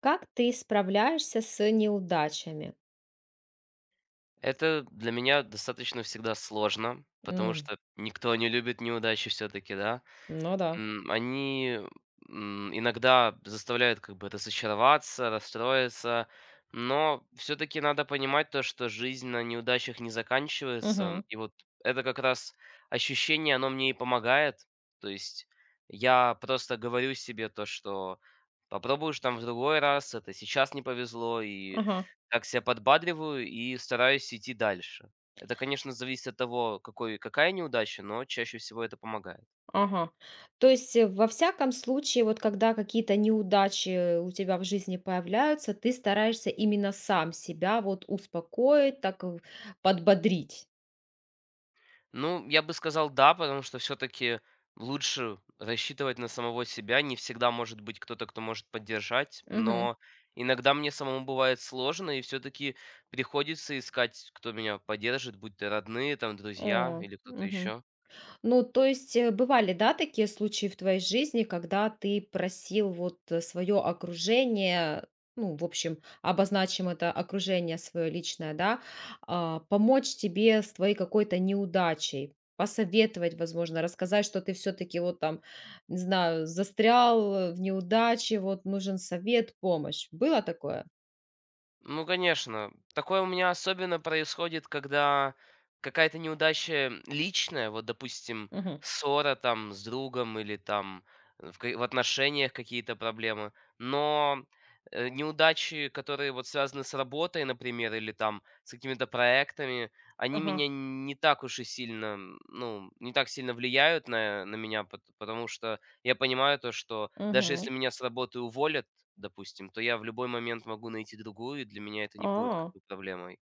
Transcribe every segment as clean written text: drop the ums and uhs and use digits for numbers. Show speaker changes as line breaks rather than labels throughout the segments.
Как ты справляешься с неудачами?
Это для меня достаточно всегда сложно, потому
М,
что никто не любит неудачи все-таки, да.
ну да.
Они иногда заставляют как бы разочароваться, расстроиться, но все таки надо понимать то, что жизнь на неудачах не заканчивается.
Мгм.
И вот это как раз ощущение, оно мне и помогает. То есть я просто говорю себе то, что попробуешь там в другой раз, это сейчас не повезло, и
Ага,
так себя подбадриваю и стараюсь идти дальше. Это, конечно, зависит от того, какой какая неудача, но чаще всего это помогает.
ага. То есть, во всяком случае, вот когда какие-то неудачи у тебя в жизни появляются, ты стараешься именно сам себя вот успокоить, так подбодрить.
Ну, я бы сказал, да, потому что все-таки лучше рассчитывать на самого себя. Не всегда может быть кто-то, кто может поддержать,
Мгм.
но иногда мне самому бывает сложно, и все-таки приходится искать, кто меня поддержит, будь то родные, там, друзья
О,
или кто-то
мгм.
еще.
Ну, то есть, бывали, да, такие случаи в твоей жизни, когда ты просил вот свое окружение, ну, в общем, обозначим это окружение свое личное, да, помочь тебе с твоей какой-то неудачей, посоветовать, возможно, рассказать, что ты все-таки вот там, не знаю, застрял в неудаче, вот нужен совет, помощь. Было такое?
Ну, конечно. Такое у меня особенно происходит, когда какая-то неудача личная, вот, допустим,
Мгм.
ссора там с другом или там в отношениях какие-то проблемы, но неудачи, которые вот связаны с работой, например, или там с какими-то проектами, они
Ага.
меня не так уж и сильно, ну, не так сильно влияют на меня, потому что я понимаю то, что даже если
Мгм.
меня с работы уволят, допустим, то я в любой момент могу найти другую, и для меня это не будет как
А.
бы проблемой.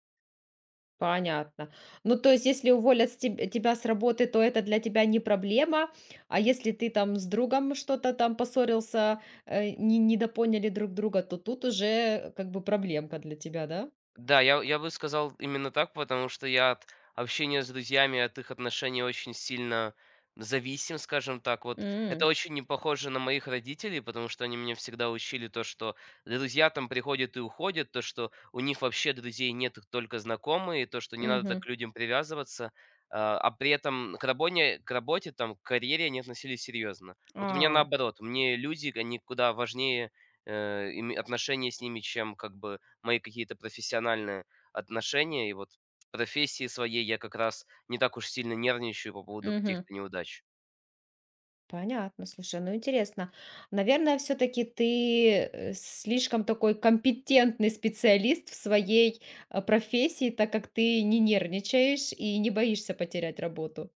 Понятно. Ну, то есть, если уволят с тебя с работы, то это для тебя не проблема, а если ты там с другом что-то там поссорился, не недопоняли друг друга, то тут уже как бы проблемка для тебя, да?
Да, я бы сказал именно так, потому что я от общения с друзьями, от их отношений очень сильно зависим, скажем так. Вот это
М,
очень не похоже на моих родителей, потому что они меня всегда учили то, что друзья там приходят и уходят, то, что у них вообще друзей нет, их только знакомые, то, что не надо так
мгм.
к людям привязываться. А при этом к работе, там, к карьере они относились серьезно. Вот у меня
А,
наоборот, мне люди, они куда важнее отношения с ними, чем как бы мои какие-то профессиональные отношения. И вот в профессии своей я как раз не так уж сильно нервничаю по поводу
мгм.
каких-то неудач.
Понятно, слушай, ну интересно. Наверное, все таки ты, слишком такой компетентный специалист в своей, профессии, так как ты не нервничаешь и не боишься потерять работу.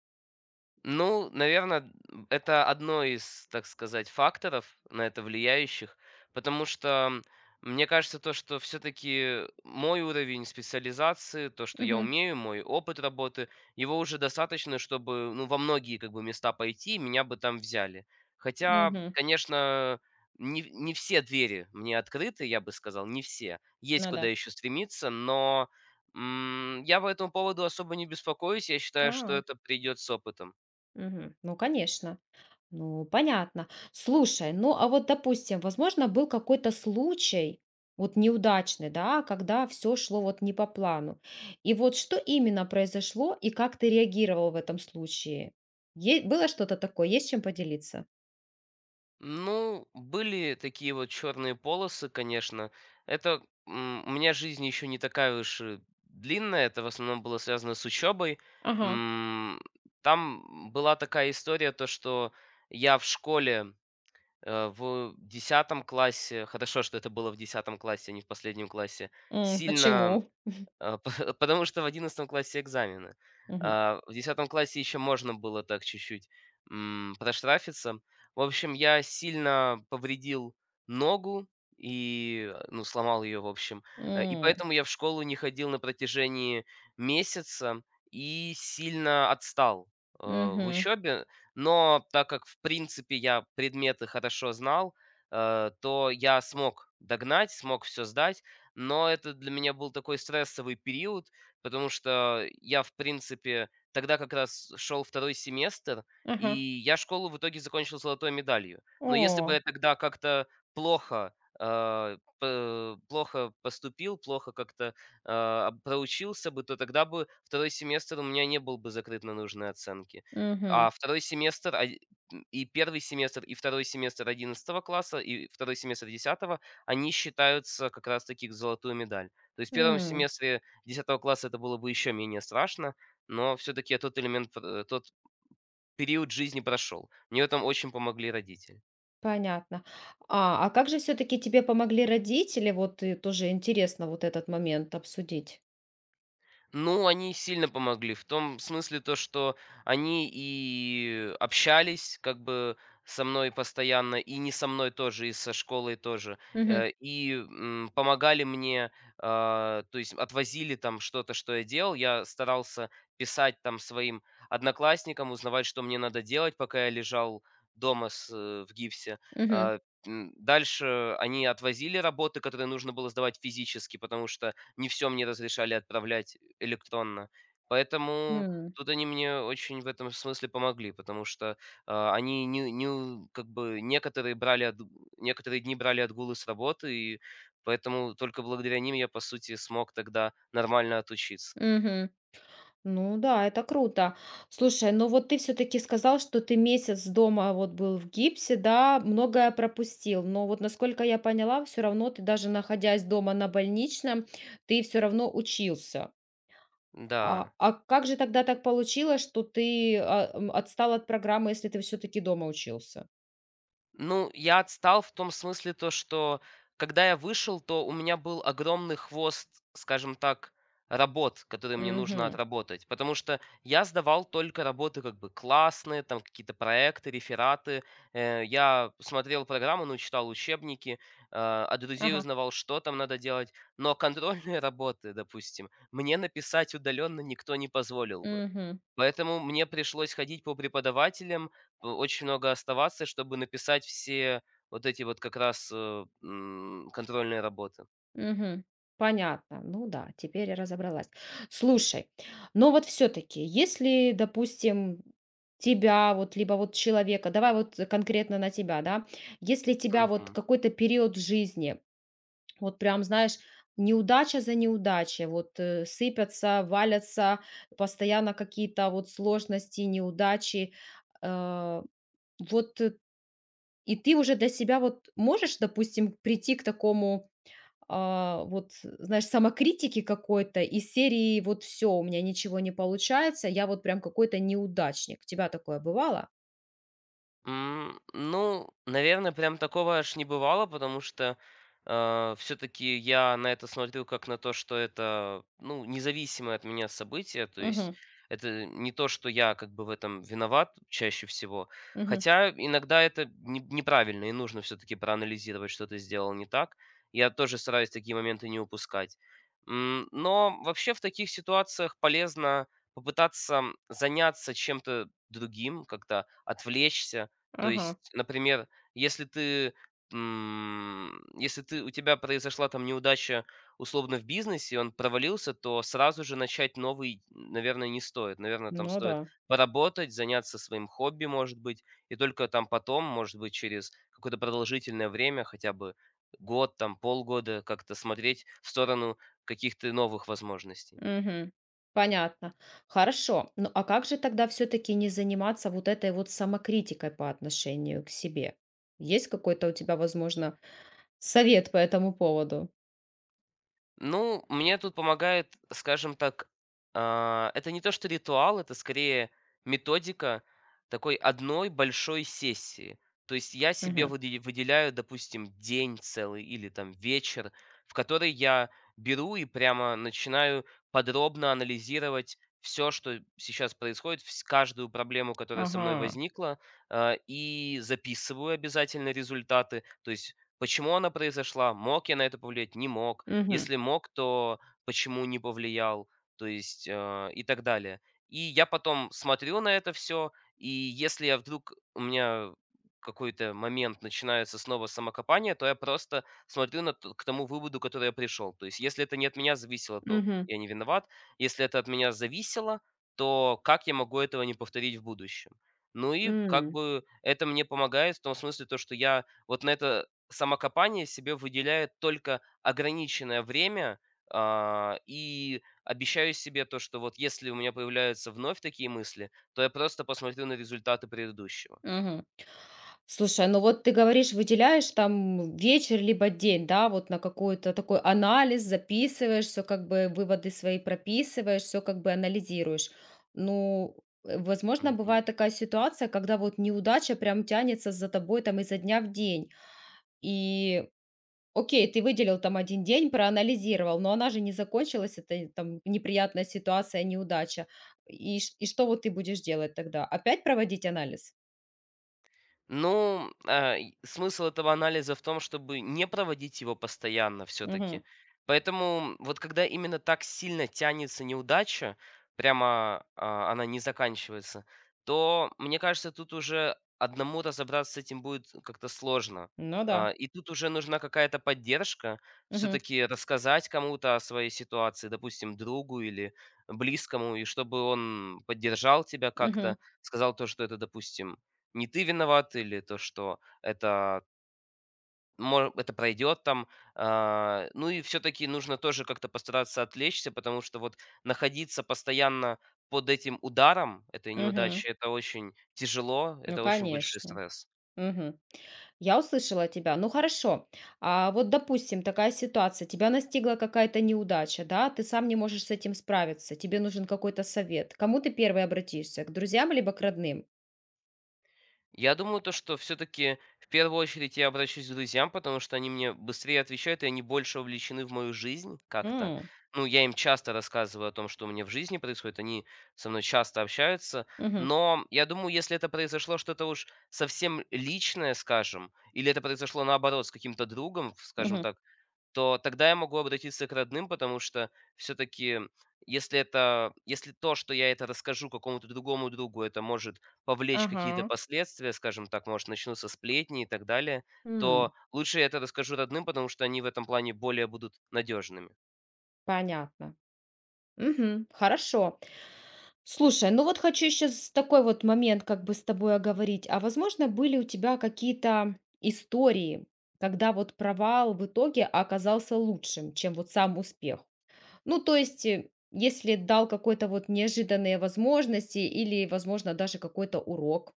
Ну, наверное, это одно из, так сказать, факторов, на это влияющих, потому что мне кажется, то, что все таки мой уровень специализации, то, что я
Мгм,
умею, мой опыт работы, его уже достаточно, чтобы, ну, во многие как бы места пойти, и меня бы там взяли. Хотя,
мгм.
конечно, не все двери мне открыты, я бы сказал, не все. Есть
Ну
куда
да.
еще стремиться, но, я по этому поводу особо не беспокоюсь. Я считаю, что
А,
это придет с опытом.
мгм. Ну, конечно. Ну, понятно. Слушай, ну а вот, допустим, возможно, был какой-то случай, вот неудачный, да, когда все шло вот не по плану. И вот что именно произошло и как ты реагировал в этом случае? Было что-то такое? Есть чем поделиться?
Ну, были такие вот черные полосы, конечно. Это, у меня жизнь еще не такая уж и длинная, это в основном было связано с учебой.
Ага.
М, Там была такая история, то что я в школе в десятом классе, хорошо, что это было в десятом классе, а не в последнем классе,
М,
сильно
почему?
а, потому что в одиннадцатом классе экзамены.
Мгм.
В десятом классе еще можно было так чуть-чуть, проштрафиться. В общем, я сильно повредил ногу и, ну, сломал ее, в общем. И
М,
поэтому я в школу не ходил на протяжении месяца и сильно отстал, в
мгм.
учебе. Но так как, в принципе, я предметы хорошо знал, то я смог догнать, смог все сдать. Но это для меня был такой стрессовый период, потому что я, в принципе, тогда как раз шел второй семестр, и
Ага.
я школу в итоге закончил золотой медалью. Но если бы
О.
я тогда как-то плохо, э, п плохо поступил, плохо как-то, проучился бы, то тогда бы второй семестр у меня не был бы закрыт на нужные оценки.
Мгм.
А второй семестр, и первый семестр, и второй семестр одиннадцатого класса, и второй семестр десятого они считаются как раз таки к золотую медаль. То есть в первом
М.
семестре десятого класса это было бы еще менее страшно, но все-таки я тот элемент, тот период жизни прошел. Мне в этом очень помогли родители.
Понятно. А как же все-таки тебе помогли родители? Вот и тоже интересно вот этот момент обсудить.
Ну, они сильно помогли в том смысле, то, что они и общались как бы со мной постоянно, и не со мной тоже, и со школой тоже.
Мгм.
И помогали мне, то есть отвозили там что-то, что я делал. Я старался писать там своим одноклассникам, узнавать, что мне надо делать, пока я лежал дома в гипсе.
Мгм.
А, Дальше они отвозили работы, которые нужно было сдавать физически, потому что не все мне разрешали отправлять электронно. Поэтому
М.
тут они мне очень в этом смысле помогли, потому что, они не не у как бы некоторые дни брали отгулы с работы, и поэтому только благодаря ним я, по сути, смог тогда нормально отучиться.
Мгм. Ну да, это круто. Слушай, ну вот ты все-таки сказал, что ты месяц дома вот был в гипсе, да, многое пропустил. Но вот насколько я поняла, все равно ты даже находясь дома на больничном, ты все равно учился.
Да.
А как же тогда так получилось, что ты отстал от программы, если ты все-таки дома учился?
Ну, я отстал в том смысле, то что когда я вышел, то у меня был огромный хвост, скажем так, работ, которые мне нужно
Мгм.
отработать. Потому что я сдавал только работы как бы классные, там какие-то проекты, рефераты. Я смотрел программу, ну, читал учебники, от друзей
Ага.
узнавал, что там надо делать. Но контрольные работы, допустим, мне написать удаленно никто не позволил бы.
Мгм.
Поэтому мне пришлось ходить по преподавателям, очень много оставаться, чтобы написать все вот эти вот как раз, контрольные работы.
Мгм. Понятно. Ну да, теперь я разобралась. Слушай, но вот все-таки, если, допустим, тебя вот, либо вот человека, давай вот конкретно на тебя, да, если тебя вот
Мгм.
какой-то период в жизни, вот прям, знаешь, неудача за неудачей, вот сыпятся, валятся, постоянно какие-то вот сложности, неудачи, э, вот и ты уже для себя вот можешь, допустим, прийти к такому вот, знаешь, самокритики какой-то из серии вот все, у меня ничего не получается, я вот прям какой-то неудачник. У тебя такое бывало?
Ну, наверное, прям такого аж не бывало, потому что, все таки я на это смотрю как на то, что это, ну, независимое от меня событие. То есть
Мгм.
это не то, что я как бы в этом виноват чаще всего.
Мгм.
Хотя иногда это не неправильно, и нужно все таки проанализировать, что ты сделал не так. Я тоже стараюсь такие моменты не упускать. Но вообще в таких ситуациях полезно попытаться заняться чем-то другим, как-то отвлечься. То
Ага.
есть, например, если ты, м, если ты у тебя произошла там неудача условно в бизнесе, он провалился, то сразу же начать новый, наверное, не стоит. Наверное, там
Ну
стоит
да.
поработать, заняться своим хобби, может быть, и только там потом, может быть, через какое-то продолжительное время, хотя бы год, там полгода, как-то смотреть в сторону каких-то новых возможностей.
Мгм. Понятно. Хорошо. Ну а как же тогда все-таки не заниматься вот этой вот самокритикой по отношению к себе? Есть какой-то у тебя, возможно, совет по этому поводу?
Ну, мне тут помогает, скажем так, это не то что ритуал, это скорее методика такой одной большой сессии. То есть я себе
Мгм.
выделяю, допустим, день целый или там вечер, в который я беру и прямо начинаю подробно анализировать все, что сейчас происходит, каждую проблему, которая со мной
Ага.
возникла, и записываю обязательно результаты, то есть почему она произошла, мог я на это повлиять, не мог,
Мгм.
если мог, то почему не повлиял? То есть, и так далее. И я потом смотрю на это все, и если я вдруг у меня какой-то момент начинается снова самокопание, то я просто смотрю на т к тому выводу, который я пришел. То есть если это не от меня зависело, то
Мгм.
я не виноват. Если это от меня зависело, то как я могу этого не повторить в будущем? Ну и как
М.
бы это мне помогает в том смысле, то что я вот на это самокопание себе выделяет только ограниченное время, и обещаю себе то, что вот если у меня появляются вновь такие мысли, то я просто посмотрю на результаты предыдущего.
Мгм. Слушай, ну вот ты говоришь, выделяешь там вечер либо день, да, вот на какой-то такой анализ, записываешь все, как бы выводы свои прописываешь, все как бы анализируешь. Ну, возможно,
Мгм.
бывает такая ситуация, когда вот неудача прям тянется за тобой там изо дня в день. И окей, ты выделил там один день, проанализировал, но она же не закончилась, это там неприятная ситуация, неудача. И что вот ты будешь делать тогда? Опять проводить анализ?
Ну, и смысл этого анализа в том, чтобы не проводить его постоянно все-таки.
Мгм.
Поэтому вот когда именно так сильно тянется неудача, прямо она не заканчивается, то, мне кажется, тут уже одному разобраться с этим будет как-то сложно.
Ну
И тут уже нужна какая-то поддержка,
да.
все-таки рассказать кому-то о своей ситуации, допустим, другу или близкому, и чтобы он поддержал тебя как-то,
Мгм,
сказал то, что это, допустим, не ты виноват или то, что это мо это пройдет там. Ну и все-таки нужно тоже как-то постараться отвлечься, потому что вот находиться постоянно под этим ударом этой
мгм.
неудачи — это очень тяжело,
Ну,
это очень большой
конечно.
стресс.
Мгм. Я услышала тебя. Ну хорошо. А вот, допустим, такая ситуация, тебя настигла какая-то неудача, да, ты сам не можешь с этим справиться, тебе нужен какой-то совет. К кому ты первый обратишься? К друзьям либо к родным?
Я думаю, то, что все-таки в первую очередь я обращусь к друзьям, потому что они мне быстрее отвечают, и они больше вовлечены в мою жизнь как-то.
М,
Ну, я им часто рассказываю о том, что у меня в жизни происходит, они со мной часто общаются.
мгм,
Но я думаю, если это произошло что-то уж совсем личное, скажем, или это произошло наоборот с каким-то другом, скажем
мгм.
так, то тогда я могу обратиться к родным, потому что все-таки, если то, что я это расскажу какому-то другому другу, это может повлечь какие-то
Ага.
последствия, скажем так, может, начнутся сплетни и так далее, то
М,
лучше я это расскажу родным, потому что они в этом плане более будут надежными.
понятно. Мгм. Хорошо. Слушай, ну вот хочу сейчас такой вот момент как бы с тобой оговорить. А возможно, были у тебя какие-то истории, когда вот провал в итоге оказался лучшим, чем вот сам успех? Ну, то есть, если дал какой-то вот неожиданные возможности или, возможно, даже какой-то урок.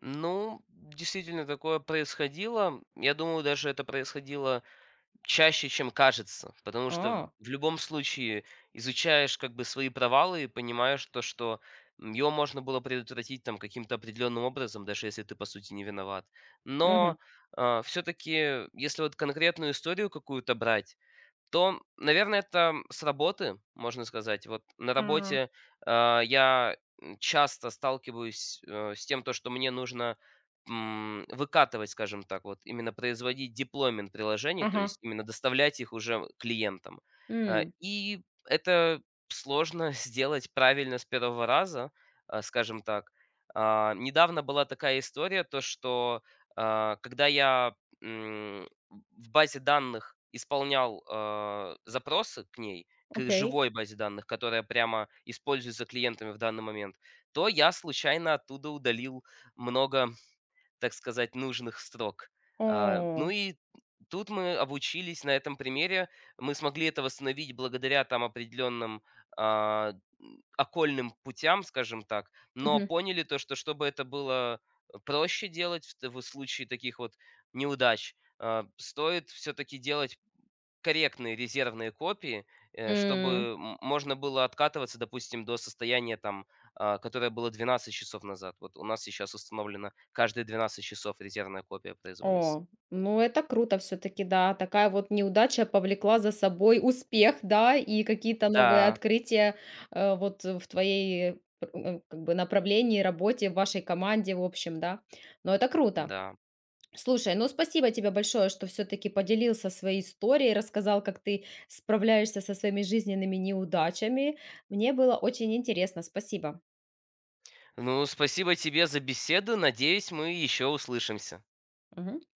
Ну, действительно, такое происходило. Я думаю, даже это происходило чаще, чем кажется, потому что
А,
в любом случае изучаешь как бы свои провалы и понимаешь то, что его можно было предотвратить там каким-то определенным образом, даже если ты, по сути, не виноват.
мгм.
Но все-таки, если вот конкретную историю какую-то брать, то, наверное, это с работы, можно сказать. Вот на
А,
работе, я часто сталкиваюсь, с тем, то, что мне нужно, выкатывать, скажем так, вот именно производить деплоймент приложений, то
ага.
есть именно доставлять их уже клиентам.
М,
И это сложно сделать правильно с первого раза, скажем так. Недавно была такая история, то что, когда я в базе данных исполнял, запросы к ней, к
окей.
живой базе данных, которая прямо используется клиентами в данный момент, то я случайно оттуда удалил много, так сказать, нужных строк. Ну
О.
и тут мы обучились на этом примере. Мы смогли это восстановить благодаря там определенным, а, окольным путям, скажем так, но
Мгм.
поняли то, что чтобы это было проще делать в случае таких вот неудач, стоит все-таки делать корректные резервные копии,
М.
чтобы можно было откатываться, допустим, до состояния там, которое было 12 часов назад. Вот у нас сейчас установлено каждые 12 часов резервная копия производится.
О, ну это круто все таки да. Такая вот неудача повлекла за собой успех, да, и какие-то новые
Да,
открытия, вот в твоей, как бы направлении, работе, в вашей команде, в общем, да. Но это круто.
да.
Слушай, ну спасибо тебе большое, что все таки поделился своей историей, рассказал, как ты справляешься со своими жизненными неудачами. Мне было очень интересно. Спасибо.
Ну, спасибо тебе за беседу. Надеюсь, мы еще услышимся.
Мгм.